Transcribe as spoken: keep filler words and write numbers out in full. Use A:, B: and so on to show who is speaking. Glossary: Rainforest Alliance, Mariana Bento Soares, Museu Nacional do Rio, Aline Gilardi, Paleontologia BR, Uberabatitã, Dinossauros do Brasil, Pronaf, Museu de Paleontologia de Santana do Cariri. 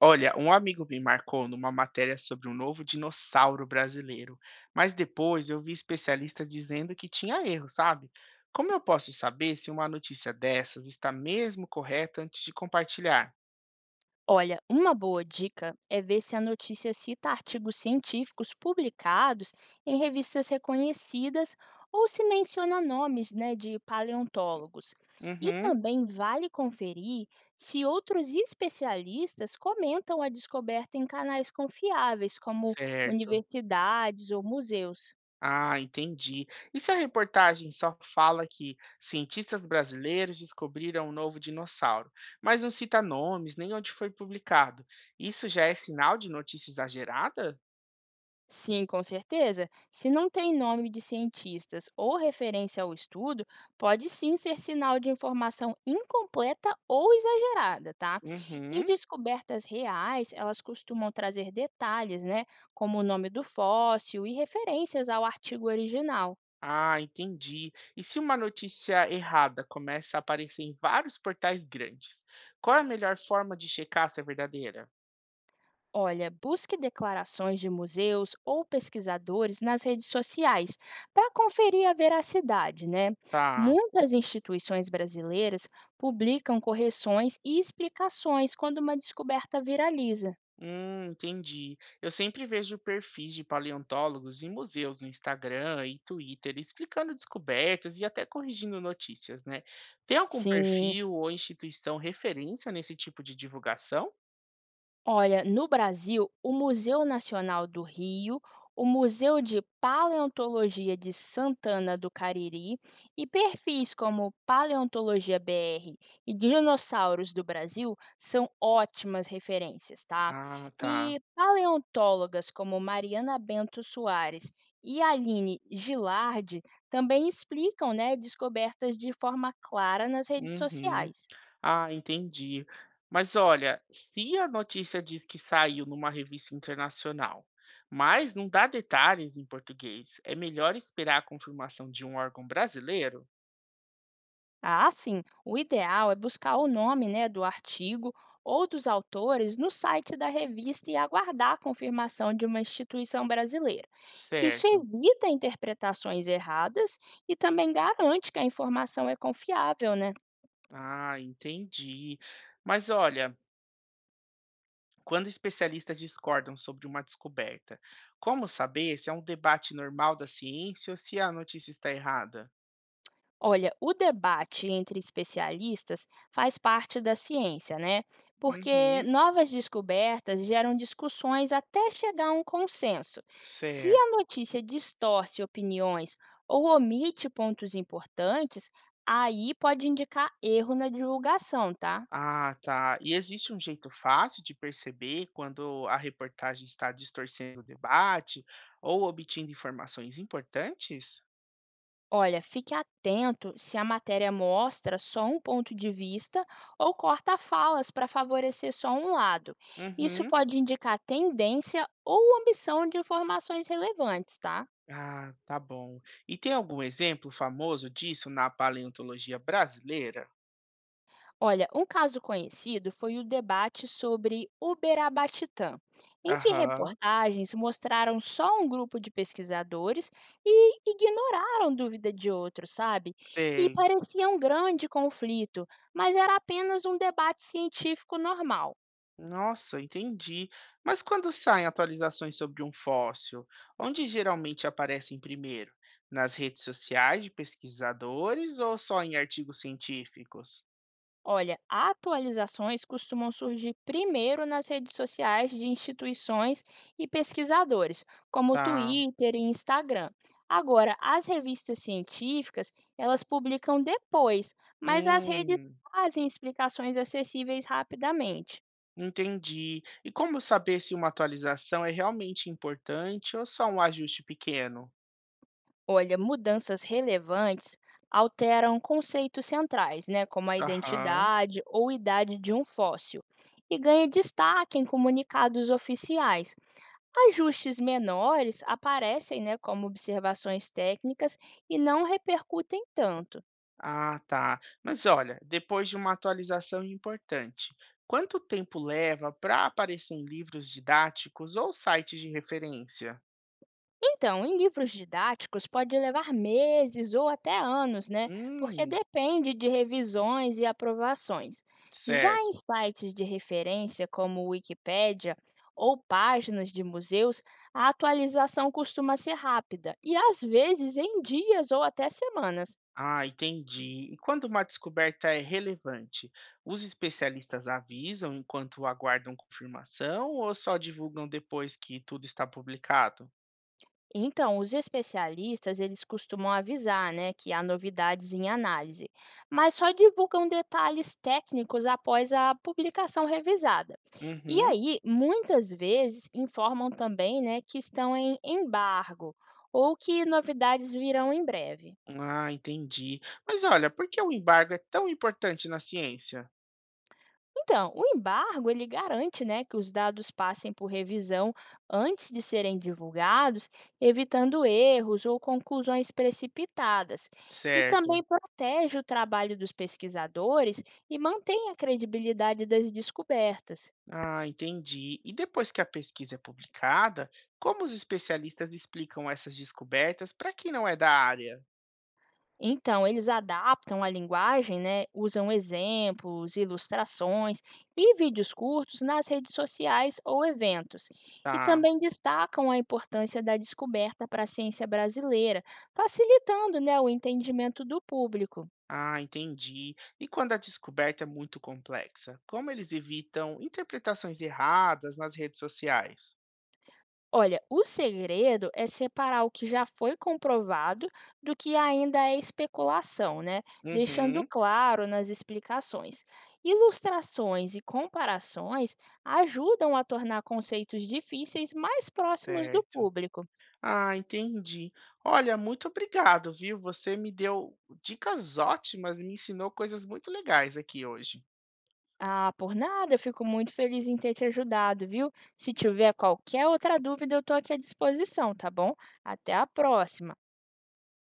A: Olha, um amigo me marcou numa matéria sobre um novo dinossauro brasileiro, mas depois eu vi especialista dizendo que tinha erro, sabe? Como eu posso saber se uma notícia dessas está mesmo correta antes de compartilhar?
B: Olha, uma boa dica é ver se a notícia cita artigos científicos publicados em revistas reconhecidas ou se menciona nomes, né, de paleontólogos. E
A: Uhum,
B: também vale conferir se outros especialistas comentam a descoberta em canais confiáveis, como
A: certo.
B: universidades ou museus.
A: Ah, entendi. E se a reportagem só fala que cientistas brasileiros descobriram um novo dinossauro, mas não cita nomes nem onde foi publicado? Isso já é sinal de notícia exagerada?
B: Sim, com certeza. Se não tem nome de cientistas ou referência ao estudo, pode sim ser sinal de informação incompleta ou exagerada, tá? E
A: Uhum.
B: descobertas reais, elas costumam trazer detalhes, né? Como o nome do fóssil e referências ao artigo original.
A: Ah, entendi. E se uma notícia errada começa a aparecer em vários portais grandes, qual é a melhor forma de checar se é verdadeira?
B: Olha, busque declarações de museus ou pesquisadores nas redes sociais para conferir a veracidade, né?
A: Tá.
B: Muitas instituições brasileiras publicam correções e explicações quando uma descoberta viraliza.
A: Hum, entendi. Eu sempre vejo perfis de paleontólogos em museus no Instagram e Twitter explicando descobertas e até corrigindo notícias, né? Tem algum
B: Sim.
A: perfil ou instituição referência nesse tipo de divulgação?
B: Olha, no Brasil, o Museu Nacional do Rio, o Museu de Paleontologia de Santana do Cariri e perfis como Paleontologia B R e Dinossauros do Brasil são ótimas referências, tá?
A: Ah, tá.
B: E paleontólogas como Mariana Bento Soares e Aline Gilardi também explicam, né, descobertas de forma clara nas redes
A: Uhum.
B: sociais.
A: Ah, entendi. Mas olha, se a notícia diz que saiu numa revista internacional, mas não dá detalhes em português, é melhor esperar a confirmação de um órgão brasileiro?
B: Ah, sim. O ideal é buscar o nome, né, do artigo ou dos autores no site da revista e aguardar a confirmação de uma instituição brasileira. Isso
A: Certo.
B: evita interpretações erradas e também garante que a informação é confiável, né?
A: Ah, entendi. Mas olha, quando especialistas discordam sobre uma descoberta, como saber se é um debate normal da ciência ou se a notícia está errada?
B: Olha, o debate entre especialistas faz parte da ciência, né? Porque
A: Uhum,
B: novas descobertas geram discussões até chegar a um consenso. Se a
A: certo.
B: notícia distorce opiniões ou omite pontos importantes, aí pode indicar erro na divulgação, tá?
A: Ah, tá. E existe um jeito fácil de perceber quando a reportagem está distorcendo o debate ou obtendo informações importantes?
B: Olha, fique atento se a matéria mostra só um ponto de vista ou corta falas para favorecer só um lado. Isso
A: Uhum.
B: pode indicar tendência ou ambição de informações relevantes, tá?
A: Ah, tá bom. E tem algum exemplo famoso disso na paleontologia brasileira?
B: Olha, um caso conhecido foi o debate sobre Uberabatitã, em que
A: Aham,
B: reportagens mostraram só um grupo de pesquisadores e ignoraram dúvida de outros, sabe? E
A: sei.
B: parecia um grande conflito, mas era apenas um debate científico normal.
A: Nossa, entendi. Mas quando saem atualizações sobre um fóssil, onde geralmente aparecem primeiro? Nas redes sociais de pesquisadores ou só em artigos científicos?
B: Olha, atualizações costumam surgir primeiro nas redes sociais de instituições e pesquisadores, como
A: Tá.
B: Twitter e Instagram. Agora, as revistas científicas, elas publicam depois, mas as redes
A: Hum,
B: fazem explicações acessíveis rapidamente.
A: entendi. E como saber se uma atualização é realmente importante ou só um ajuste pequeno?
B: Olha, mudanças relevantes alteram conceitos centrais, né, como a
A: Aham.
B: identidade ou idade de um fóssil, e ganha destaque em comunicados oficiais. Ajustes menores aparecem, né, como observações técnicas e não repercutem tanto.
A: Ah, tá. Mas olha, depois de uma atualização importante, quanto tempo leva para aparecer em livros didáticos ou sites de referência?
B: Então, em livros didáticos, pode levar meses ou até anos, né? Porque
A: Hum,
B: depende de revisões e aprovações. Já em
A: certo.
B: sites de referência, como Wikipédia ou páginas de museus, a atualização costuma ser rápida e às vezes em dias ou até semanas.
A: Ah, entendi. E quando uma descoberta é relevante, os especialistas avisam enquanto aguardam confirmação ou só divulgam depois que tudo está publicado?
B: Então, os especialistas, eles costumam avisar, né, que há novidades em análise, mas só divulgam detalhes técnicos após a publicação revisada. E
A: Uhum.
B: aí, muitas vezes, informam também, né, que estão em embargo ou que novidades virão em breve.
A: Ah, entendi. Mas olha, por que o embargo é tão importante na ciência?
B: Então, o embargo ele garante, né, que os dados passem por revisão antes de serem divulgados, evitando erros ou conclusões precipitadas, e
A: Certo.
B: também protege o trabalho dos pesquisadores e mantém a credibilidade das descobertas.
A: Ah, entendi. E depois que a pesquisa é publicada, como os especialistas explicam essas descobertas para quem não é da área?
B: Então, eles adaptam a linguagem, né? Usam exemplos, ilustrações e vídeos curtos nas redes sociais ou eventos. E
A: Tá.
B: também destacam a importância da descoberta para a ciência brasileira, facilitando, né, o entendimento do público.
A: Ah, entendi. E quando a descoberta é muito complexa, como eles evitam interpretações erradas nas redes sociais?
B: Olha, o segredo é separar o que já foi comprovado do que ainda é especulação, né? Deixando
A: Uhum,
B: claro nas explicações. Ilustrações e comparações ajudam a tornar conceitos difíceis mais próximos do
A: certo.
B: público.
A: Ah, entendi. Olha, muito obrigado, viu? Você me deu dicas ótimas e me ensinou coisas muito legais aqui hoje.
B: Ah, por nada, eu fico muito feliz em ter te ajudado, viu? Se tiver qualquer outra dúvida, eu estou aqui à disposição, tá bom? Até a próxima!